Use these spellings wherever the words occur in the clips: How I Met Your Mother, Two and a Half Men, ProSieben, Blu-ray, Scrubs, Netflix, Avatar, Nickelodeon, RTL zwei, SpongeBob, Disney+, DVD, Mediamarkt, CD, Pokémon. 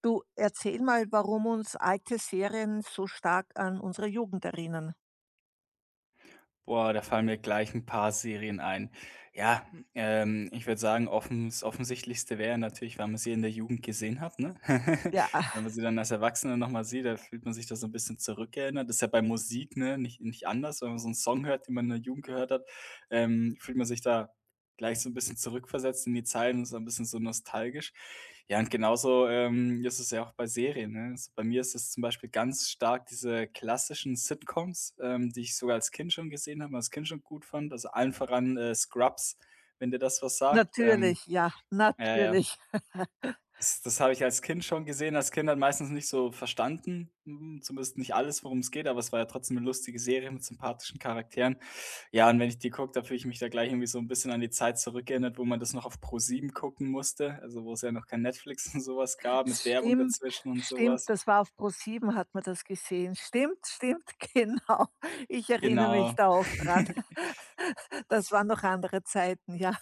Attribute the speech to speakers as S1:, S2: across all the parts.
S1: Du, erzähl mal, warum uns alte Serien so stark an unsere Jugend erinnern.
S2: Boah, da fallen mir gleich ein paar Serien ein. Ja, ich würde sagen, offen das Offensichtlichste wäre natürlich, weil man sie in der Jugend gesehen hat, ne?
S1: Ja,
S2: Wenn man sie dann als Erwachsener noch mal sieht, da fühlt man sich da so ein bisschen zurückerinnert. Das ist ja bei Musik, ne, nicht anders. Wenn man so einen Song hört, den man in der Jugend gehört hat, fühlt man sich da gleich so ein bisschen zurückversetzt in die Zeit und so ein bisschen so nostalgisch. Ja, und genauso, ist es ja auch bei Serien, ne? Also, bei mir ist es zum Beispiel ganz stark diese klassischen Sitcoms, die ich sogar als Kind schon gesehen habe und als Kind schon gut fand. Also, allen voran, Scrubs, wenn dir das was sagt.
S1: natürlich, ja,
S2: Ja, ja,
S1: natürlich.
S2: das habe ich als Kind schon gesehen, als Kind hat meistens nicht so verstanden, zumindest nicht alles, worum es geht, aber es war ja trotzdem eine lustige Serie mit sympathischen Charakteren. Ja, und wenn ich die gucke, da fühle ich mich da gleich irgendwie so ein bisschen an die Zeit zurückerinnert, wo man das noch auf ProSieben gucken musste, also, wo es ja noch kein Netflix und sowas gab mit Werbung
S1: Stimmt,
S2: dazwischen und
S1: stimmt,
S2: sowas.
S1: das war auf ProSieben hat man das gesehen. Stimmt, stimmt, genau. Ich erinnere mich
S2: Genau.
S1: da auch dran. Das waren noch andere Zeiten, ja.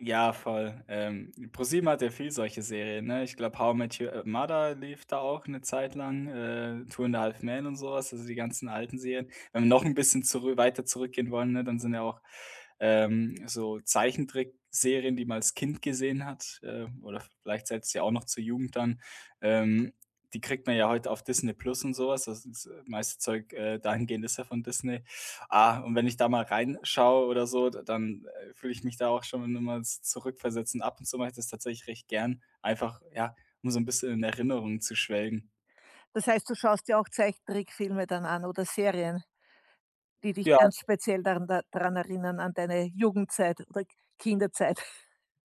S2: Ja, voll. ProSieben hat ja viel solche Serien, ne? Ich glaube, How I Met Your Mother lief da auch eine Zeit lang, Two and a Half Men und sowas, also die ganzen alten Serien. Wenn wir noch ein bisschen zurü weiter zurückgehen wollen, ne, dann sind ja auch, so Zeichentrickserien, die man als Kind gesehen hat, oder vielleicht selbst ja auch noch zur Jugend dann. Ähm, die kriegt man ja heute auf Disney+ Plus und sowas. Was. Das ist, das meiste Zeug, dahingehend ist ja von Disney. Ah, und wenn ich da mal reinschaue oder so, d dann, fühle ich mich da auch schon immer z zurückversetzt und ab und zu mache ich das tatsächlich recht gern, einfach, ja, um so ein bisschen in Erinnerungen zu schwelgen.
S1: Das heißt, du schaust dir auch Zeichentrickfilme dann an oder Serien, die dich
S2: Ja,
S1: ganz speziell daran da dran erinnern an deine Jugendzeit oder Kinderzeit?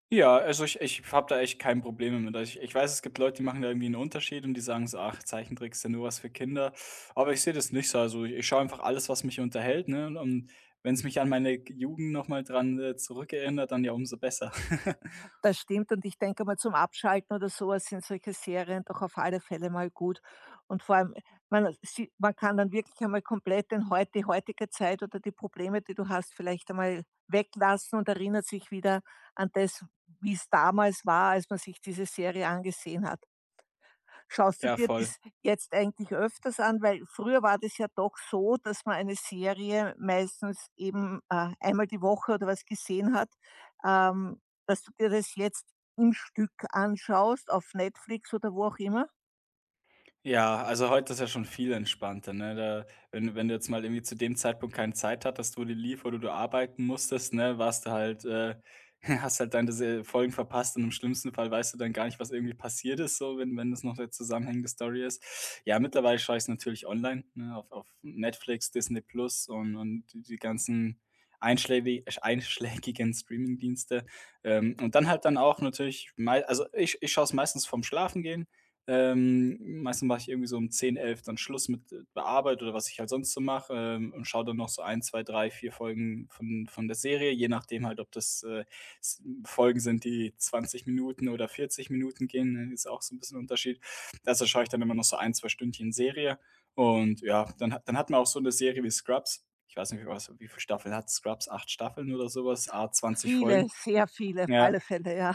S2: ja, also ich habe da echt kein Problem mit. Also, ich weiß, es gibt Leute, die machen da irgendwie einen Unterschied und die sagen so: „Ach, Zeichentrick ist ja nur was für Kinder.“ Aber ich sehe das nicht so. Also, ich schaue einfach alles, was mich unterhält, ne? Und wenn es mich an meine Jugend noch mal dran, zurückerinnert, dann ja umso besser.
S1: Das stimmt, und ich denke mal, zum Abschalten oder sowas sind solche Serien doch auf alle Fälle mal gut. Und vor allem, man kann dann wirklich einmal komplett den heut die heutige Zeit oder die Probleme, die du hast, vielleicht einmal weglassen und erinnert sich wieder an das, wie es damals war, als man sich diese Serie angesehen hat. Schaust du
S2: Ja,
S1: dir
S2: voll.
S1: das jetzt eigentlich öfters an? Weil früher war das ja doch so, dass man eine Serie meistens eben, einmal die Woche oder was gesehen hat, ähm, dass du dir das jetzt im Stück anschaust auf Netflix oder wo auch immer?
S2: Ja, also heute ist ja schon viel entspannter, ne? Da, wenn du jetzt mal irgendwie zu dem Zeitpunkt keine Zeit hattest, wo die lief oder du arbeiten musstest, ne, warst du halt hast halt deine diese Folgen verpasst und im schlimmsten Fall weißt du dann gar nicht, was irgendwie passiert ist, so, wenn das noch 'ne zusammenhängende Story ist. Ja, mittlerweile schaue ich's natürlich online, ne, auf Netflix, Disney Plus und die ganzen einschlägi einschlägigen Streamingdienste. Und dann halt dann auch natürlich mei also ich schaue es meistens vorm Schlafengehen. Meistens mache ich irgendwie so um 10, 11 dann Schluss mit der Arbeit oder was ich halt sonst so mache, und schaue dann noch so ein 2 3 4 Folgen von der Serie, je nachdem halt, ob das, s Folgen sind, die 20 Minuten oder 40 Minuten gehen, ne, ist auch so ein bisschen Unterschied. Also, schaue ich dann immer noch so ein, 2 Stündchen Serie und ja, dann hat man auch so eine Serie wie Scrubs. Ich weiß nicht, wie viele Staffeln hat Scrubs? Acht Staffeln oder sowas a 20 Folgen.
S1: Viele, sehr viele, auf
S2: Ja,
S1: alle Fälle, ja.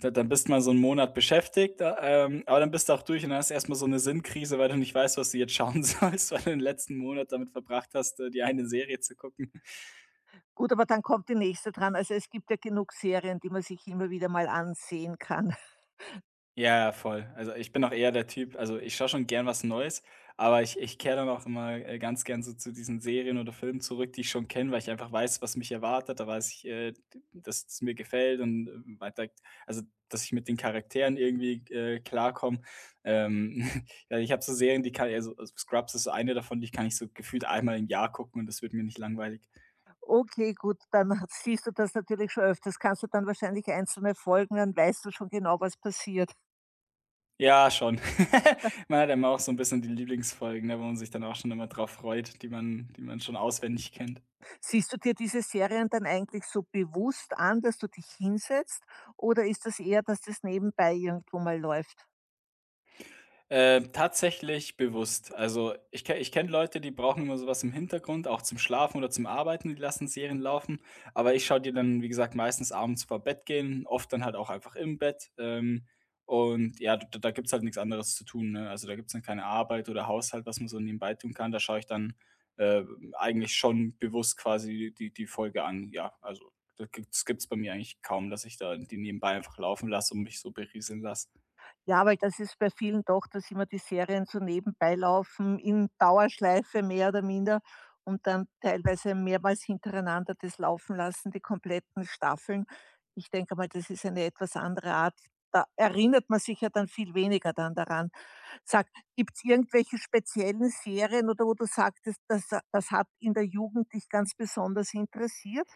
S2: da dann bist mal so 'n Monat beschäftigt, aber dann bist du auch durch und dann hast du erst mal so eine Sinnkrise, weil du nicht weißt, was du jetzt schauen sollst, weil du den letzten Monat damit verbracht hast, dir eine Serie zu gucken.
S1: Gut, aber dann kommt die nächste dran. Also, es gibt ja genug Serien, die man sich immer wieder mal ansehen kann.
S2: Ja, ja, voll. Also, ich bin auch eher der Typ, also, ich schaue schon gern was Neues, aber ich kehre dann auch immer, ganz gern so zu diesen Serien oder Filmen zurück, die ich schon kenne, weil ich einfach weiß, was mich erwartet. Da weiß ich, dass es mir gefällt und, weiter also, dass ich mit den Charakteren irgendwie, klarkomme. Ähm, ja, ich habe so Serien, die kann also, Scrubs ist so eine davon, die kann ich so gefühlt einmal im Jahr gucken und das wird mir nicht langweilig.
S1: Okay, gut, dann siehst du das natürlich schon öfters. Kannst du dann wahrscheinlich einzelne Folgen, dann weißt du schon genau, was passiert.
S2: Ja, schon. Man hat ja immer auch so ein bisschen die Lieblingsfolgen, ne, wo man sich dann auch schon immer drauf freut, die man schon auswendig kennt.
S1: Siehst du dir diese Serien dann eigentlich so bewusst an, dass du dich hinsetzt, oder ist das eher, dass das nebenbei irgendwo mal läuft?
S2: Tatsächlich bewusst. Also, ich kenne Leute, die brauchen immer so was im Hintergrund, auch zum Schlafen oder zum Arbeiten, die lassen Serien laufen. Aber ich schaue die dann, wie gesagt, meistens abends vor Bett gehen, oft dann halt auch einfach im Bett. Und ja, d da gibt's halt nichts anderes zu tun, ne? Also, da gibt's dann keine Arbeit oder Haushalt, was man so nebenbei tun kann. Da schaue ich dann, äh, eigentlich schon bewusst quasi die Folge an. Ja, also, da gibt's bei mir eigentlich kaum, dass ich da die nebenbei einfach laufen lasse und mich so berieseln lasse.
S1: Ja, weil das ist bei vielen doch, dass immer die Serien so nebenbei laufen, in Dauerschleife mehr oder minder, und dann teilweise mehrmals hintereinander das laufen lassen, die kompletten Staffeln. Ich denke mal, das ist eine etwas andere Art. Da erinnert man sich ja dann viel weniger dann daran. Sag, gibt's irgendwelche speziellen Serien, oder wo du sagtest, das hat in der Jugend dich ganz besonders interessiert?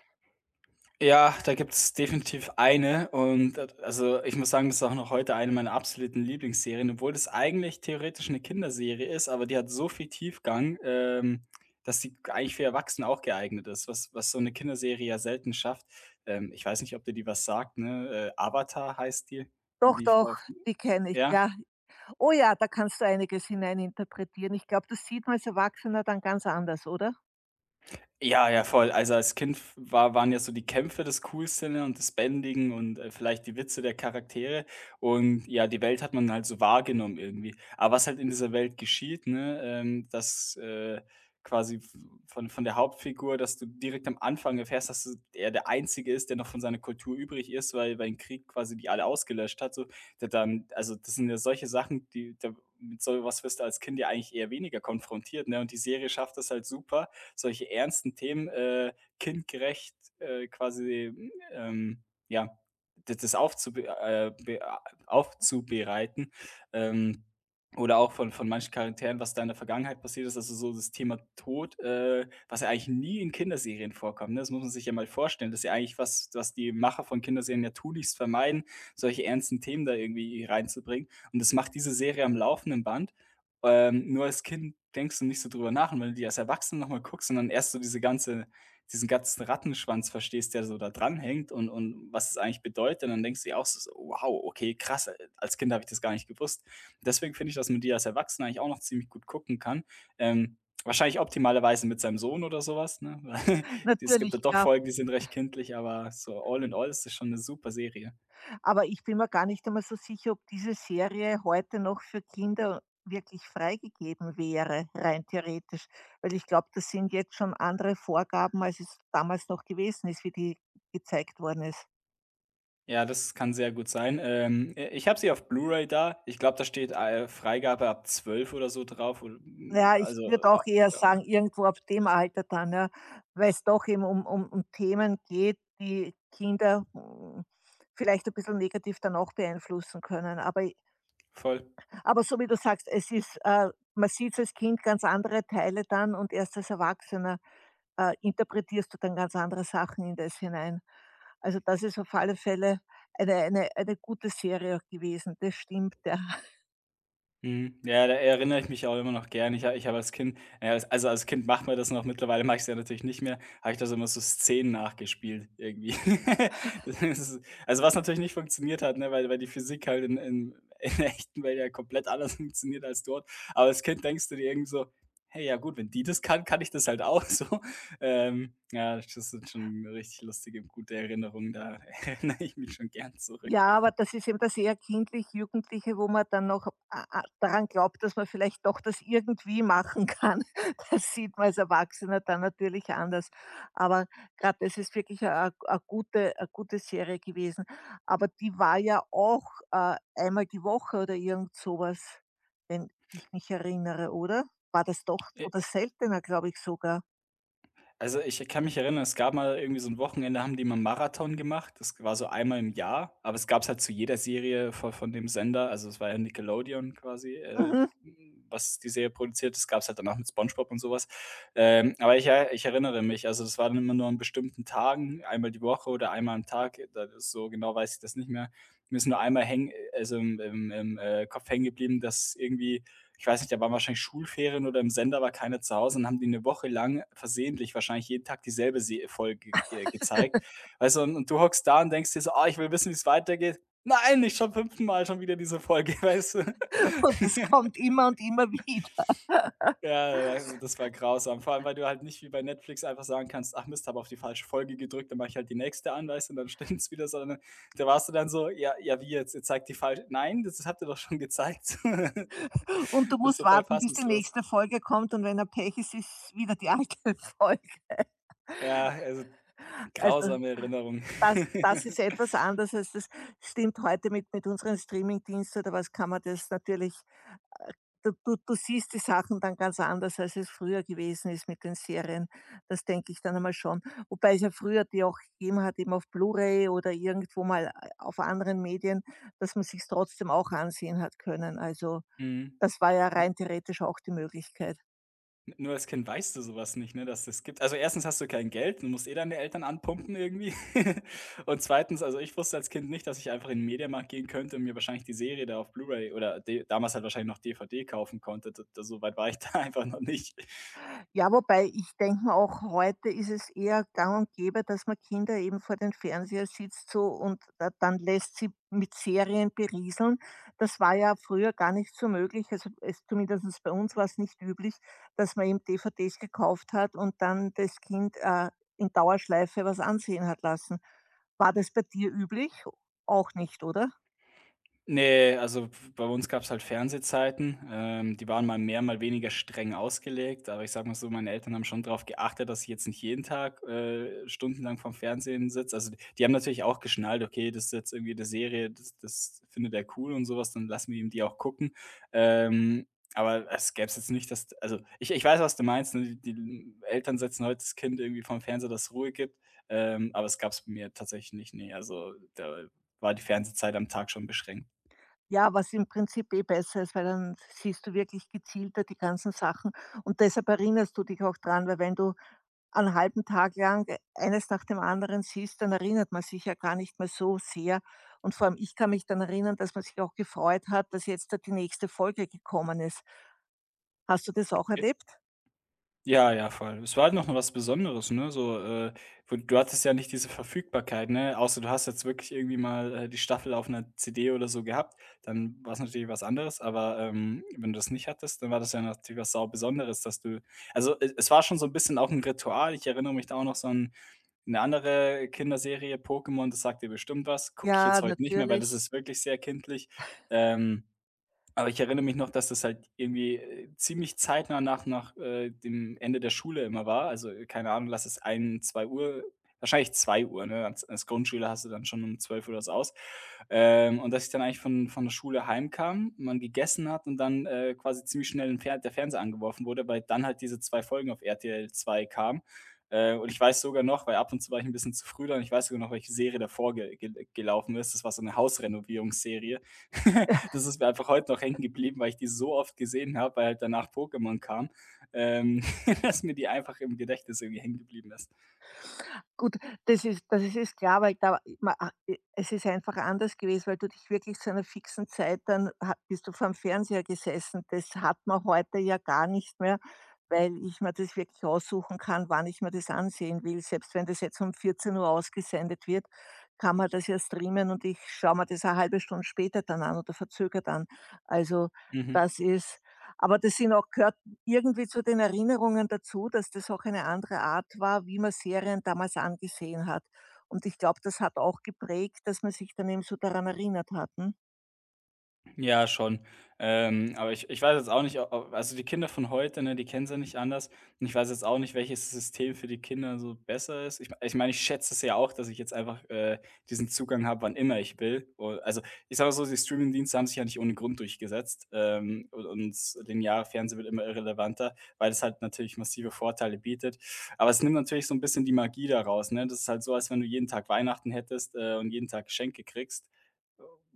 S2: Ja, da gibt's definitiv eine und a also, ich muss sagen, das ist auch noch heute eine meiner absoluten Lieblingsserien, obwohl das eigentlich theoretisch eine Kinderserie ist, aber die hat so viel Tiefgang, dass die eigentlich für Erwachsene auch geeignet ist, was was so eine Kinderserie ja selten schafft. Ich weiß nicht, ob dir die was sagt, ne? Avatar heißt die,
S1: Doch,
S2: lief
S1: doch,
S2: auf,
S1: die kenne ich,
S2: ja?
S1: ja. Oh ja, da kannst du einiges hineininterpretieren. Ich glaube, das sieht man als Erwachsener dann ganz anders, oder?
S2: Ja, ja, voll. Also, als Kind waren ja so die Kämpfe das Coolste, ne, und das Bändigen und, vielleicht die Witze der Charaktere und ja, die Welt hat man halt so wahrgenommen irgendwie. Aber was halt in dieser Welt geschieht, ne, dass, quasi v von der Hauptfigur, dass du direkt am Anfang erfährst, dass du er der Einzige ist, der noch von seiner Kultur übrig ist, weil 'n Krieg quasi die alle ausgelöscht hat so. Da dann also, das sind ja solche Sachen, die da mit so was wirst du als Kind ja eigentlich eher weniger konfrontiert, ne? Und die Serie schafft das halt super, solche ernsten Themen kindgerecht quasi, ja, d- das aufzube be aufzubereiten. Ähm, oder auch von manchen Charakteren, was da in der Vergangenheit passiert ist, also so das Thema Tod, was ja eigentlich nie in Kinderserien vorkommt, ne? Das muss man sich ja mal vorstellen. Das ist ja eigentlich was, was die Macher von Kinderserien ja tunlichst vermeiden, solche ernsten Themen da irgendwie reinzubringen. Und das macht diese Serie am laufenden Band. Nur als Kind denkst du nicht so drüber nach und wenn du die als Erwachsener nochmal guckst und dann erst so diesen ganzen Rattenschwanz verstehst, der so da dranhängt und was es eigentlich bedeutet, dann denkst du dir auch so: „Wow, okay, krass, als Kind habe ich das gar nicht gewusst.“ Deswegen finde ich, dass man die als Erwachsener eigentlich auch noch ziemlich gut gucken kann. Ähm, wahrscheinlich optimalerweise mit seinem Sohn oder sowas, ne? Weil es gibt
S1: Natürlich,
S2: ja doch
S1: ja.
S2: Folgen, die sind recht kindlich, aber so all in all ist das schon eine super Serie.
S1: Aber ich bin mir gar nicht einmal so sicher, ob diese Serie heute noch für Kinder wirklich freigegeben wäre, rein theoretisch. Weil ich glaube, das sind jetzt schon andere Vorgaben, als es damals noch gewesen ist, wie die gezeigt worden ist.
S2: Ja, das kann sehr gut sein. I ich habe sie auf Blu-ray da. Ich glaube, da steht, Freigabe ab 12 oder so drauf und,
S1: Ja, ich
S2: also,
S1: würde
S2: a
S1: auch eher
S2: ja, ja,
S1: sagen, irgendwo ab dem Alter dann, ja, weil es doch eben um, um Themen geht, die Kinder vielleicht ein bisschen negativ dann auch beeinflussen können. Aber
S2: voll.
S1: Aber so wie du sagst, es ist man sieht als Kind ganz andere Teile dann und erst als Erwachsener interpretierst du dann ganz andere Sachen in das hinein. Also, das ist auf alle Fälle eine gute Serie auch gewesen, das stimmt, ja.
S2: Mhm. Ja, da erinnere ich mich auch immer noch gern. Ich habe als Kind, na ja, also, als Kind macht man das noch, mittlerweile mache ich es ja natürlich nicht mehr, habe ich das immer so Szenen nachgespielt irgendwie. Das ist also, was natürlich nicht funktioniert hat, ne, weil die Physik halt in der echten Welt ja komplett anders funktioniert als dort. Aber als Kind denkst du dir irgendwie so: „Hey, ja gut, wenn die das kann, kann ich das halt auch so.“ ja, das sind schon richtig lustige, gute Erinnerungen, da erinnere ich mich schon gern zurück.
S1: Ja, aber das ist eben das eher kindlich-jugendliche, wo man dann noch a a daran glaubt, dass man vielleicht doch das irgendwie machen kann. Das sieht man als Erwachsener dann natürlich anders. Aber gerade das ist wirklich eine gute Serie gewesen. Aber die war ja auch, einmal die Woche oder irgend sowas, wenn ich mich erinnere, oder? War das doch oder seltener, glaube ich sogar.
S2: Also, ich kann mich erinnern, es gab mal irgendwie so ein Wochenende, haben die mal 'n Marathon gemacht. Das war so einmal im Jahr, aber es gab's halt zu jeder Serie von dem Sender. Also, es war ja Nickelodeon quasi,
S1: Mhm.
S2: was die Serie produziert. Das gab's halt danach mit SpongeBob und sowas. Aber ich erinnere mich, also, das war dann immer nur an bestimmten Tagen, einmal die Woche oder einmal am Tag. Da Das so genau weiß ich das nicht mehr. Mir ist nur einmal häng, also, im Kopf hängen geblieben, dass irgendwie ich weiß nicht, da waren wahrscheinlich Schulferien oder im Sender war keiner zu Hause und haben die eine Woche lang versehentlich wahrscheinlich jeden Tag dieselbe Se Folge ge gezeigt. Weißt du, und du hockst da und denkst dir so: „Ah, ich will wissen, wie es weitergeht.“ „Nein, nicht zum fünften Mal schon wieder diese Folge“, weißt du?
S1: Und es kommt immer und immer wieder.
S2: Ja, war das war grausam. Vor allem, weil du halt nicht wie bei Netflix einfach sagen kannst: „Ach Mist, habe auf die falsche Folge gedrückt, dann mache ich halt die nächste an“, weißt du, und dann stimmt's wieder, sondern da warst du dann so: „Ja ja, wie jetzt? Ihr zeigt die falsche.“ „Nein, das habt ihr doch schon gezeigt.“
S1: Und du
S2: Bist
S1: musst
S2: du voll
S1: warten, bis die
S2: fassungslos.
S1: nächste Folge kommt, und wenn er Pech ist, ist wieder die alte Folge.
S2: Ja, also
S1: Also,
S2: grausame Erinnerung.
S1: das ist etwas anders als das, stimmt heute mit unseren Streamingdiensten oder was, kann man das natürlich, du siehst die Sachen dann ganz anders, als es früher gewesen ist mit den Serien. Das denke ich dann einmal schon. Wobei es ja früher die auch gegeben hat, eben auf Blu-ray oder irgendwo mal auf anderen Medien, dass man sich's trotzdem auch ansehen hat können. Also,
S2: Mhm.
S1: das war ja
S2: N
S1: rein theoretisch auch die Möglichkeit.
S2: Nur als Kind weißt du sowas nicht, ne, dass das gibt. Also, erstens hast du kein Geld, du musst eh deine Eltern anpumpen irgendwie. Und zweitens, also, ich wusste als Kind nicht, dass ich einfach in den Mediamarkt gehen könnte und mir wahrscheinlich die Serie da auf Blu-ray oder D damals halt wahrscheinlich noch DVD kaufen konnte. D da so weit war ich da einfach noch nicht.
S1: Ja, wobei ich denke auch, heute ist es eher gang und gäbe, dass man Kinder eben vor den Fernseher sitzt so, und da dann lässt sie mit Serien berieseln. Das war ja früher gar nicht so möglich. Also es, zumindest bei uns war es nicht üblich, dass man eben DVDs gekauft hat und dann das Kind in Dauerschleife was ansehen hat lassen. War das bei dir üblich? Auch nicht, oder?
S2: Ne, also bei uns gab's halt Fernsehzeiten. Die waren mal mehr, mal weniger streng ausgelegt, aber ich sage mal so, meine Eltern haben schon drauf geachtet, dass ich jetzt nicht jeden Tag, stundenlang vorm Fernsehen sitze. Also, die haben natürlich auch geschnallt: „Okay, das ist jetzt irgendwie 'ne Serie, das findet er cool und sowas, dann lassen wir ihm die auch gucken.“ Ähm, aber es gäbe es jetzt nicht, dass also, ich weiß, was du meinst, ne? Die Eltern setzen heute das Kind irgendwie vorm Fernseher, dass es Ruhe gibt, aber es gab's bei mir tatsächlich nicht, ne. Also, da war die Fernsehzeit am Tag schon beschränkt.
S1: Ja, was im Prinzip eh besser ist, weil dann siehst du wirklich gezielter die ganzen Sachen, und deshalb erinnerst du dich auch dran, weil wenn du einen halben Tag lang eines nach dem anderen siehst, dann erinnert man sich ja gar nicht mehr so sehr, und vor allem ich kann mich dann erinnern, dass man sich auch gefreut hat, dass jetzt da die nächste Folge gekommen ist. Hast du das auch erlebt?
S2: Ja, ja, voll. Es war halt noch mal was Besonderes, ne? So, wo du hattest ja nicht diese Verfügbarkeit, ne? Außer du hast jetzt wirklich irgendwie mal, die Staffel auf 'ner CD oder so gehabt, dann war es natürlich was anderes, aber, wenn du das nicht hattest, dann war das ja natürlich was sau Besonderes, dass du also, e es war schon so ein bisschen auch ein Ritual. Ich erinnere mich da auch noch so an eine andere Kinderserie, Pokémon, das sagt dir bestimmt was, gucke ich
S1: Ja,
S2: jetzt heute nicht mehr, weil
S1: natürlich.
S2: das ist wirklich sehr kindlich. Ähm aber ich erinnere mich noch, dass das halt irgendwie, ziemlich zeitnah nach dem Ende der Schule immer war. Also, keine Ahnung, lass es ein, zwei Uhr, wahrscheinlich 2:00, ne? Als Grundschüler hast du dann schon um zwölf Uhr das aus. Und dass ich dann eigentlich von der Schule heimkam, man gegessen hat und dann, quasi ziemlich schnell 'n Fer der Fernseher angeworfen wurde, weil dann halt diese 2 Folgen auf RTL zwei kamen. Und ich weiß sogar noch, weil ab und zu war ich ein bisschen zu früh dran, ich weiß sogar noch, welche Serie davor ge gel gelaufen ist. Das war so eine Hausrenovierungsserie. Das ist mir einfach heute noch hängen geblieben, weil ich die so oft gesehen habe, weil halt danach Pokémon kam, ähm, dass mir die einfach im Gedächtnis irgendwie hängen geblieben ist.
S1: Gut, das ist klar, weil da ma a e es ist einfach anders gewesen, weil du dich wirklich zu einer fixen Zeit dann ha bist du vorm Fernseher gesessen. Das hat man heute ja gar nicht mehr, weil ich mir das wirklich aussuchen kann, wann ich mir das ansehen will. Selbst wenn das jetzt um 14 Uhr ausgesendet wird, kann man das ja streamen und ich schaue mir das eine halbe Stunde später dann an oder verzögert an. Also,
S2: Mhm.
S1: das ist, aber das sind auch, gehört irgendwie zu den Erinnerungen dazu, dass das auch eine andere Art war, wie man Serien damals angesehen hat. Und ich glaube, das hat auch geprägt, dass man sich dann eben so daran erinnert hat, ne?
S2: Ja, schon. Aber ich weiß jetzt auch nicht, o ob also die Kinder von heute, ne, die kennen ja nicht anders. Und ich weiß jetzt auch nicht, welches System für die Kinder so besser ist. Ich meine, ich schätze es ja auch, dass ich jetzt einfach, diesen Zugang habe, wann immer ich will. U Also, ich sage so, die Streamingdienste haben sich ja nicht ohne Grund durchgesetzt, u und das lineare Fernsehen wird immer irrelevanter, weil es halt natürlich massive Vorteile bietet. Aber es nimmt natürlich so ein bisschen die Magie daraus, ne? Das ist halt so, als wenn du jeden Tag Weihnachten hättest, und jeden Tag Geschenke kriegst.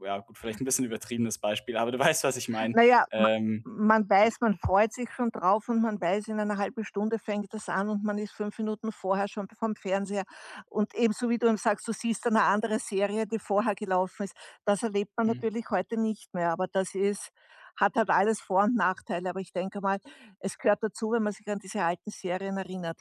S2: Ja gut, vielleicht ein bisschen übertriebenes Beispiel, aber du weißt, was ich meine.
S1: Na ja, ma
S2: Ähm,
S1: man
S2: ja,
S1: weiß, man freut sich schon drauf und man weiß, in einer halben Stunde fängt das an und man ist 5 Minuten vorher schon vom Fernseher. Und ebenso wie du eben sagst, du siehst eine andere Serie, die vorher gelaufen ist. Das erlebt man
S2: mhm.
S1: natürlich heute nicht mehr, aber das ist hat halt alles Vor- und Nachteile. Aber ich denke mal, es gehört dazu, wenn man sich an diese alten Serien erinnert.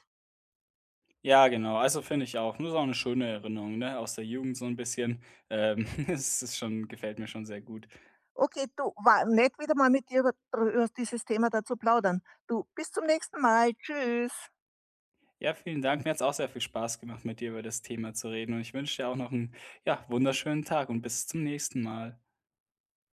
S2: Ja, genau. Also, finde ich auch. Nur so eine schöne Erinnerung, ne, aus der Jugend so ein bisschen. Es ist schon, gefällt mir schon sehr gut.
S1: Okay, du, war nett wieder mal mit dir über dieses Thema da zu plaudern. Du, bis zum nächsten Mal. Tschüss.
S2: Ja, vielen Dank. Mir hat's auch sehr viel Spaß gemacht, mit dir über das Thema zu reden und ich wünsche dir auch noch einen ja, wunderschönen Tag und bis zum nächsten Mal.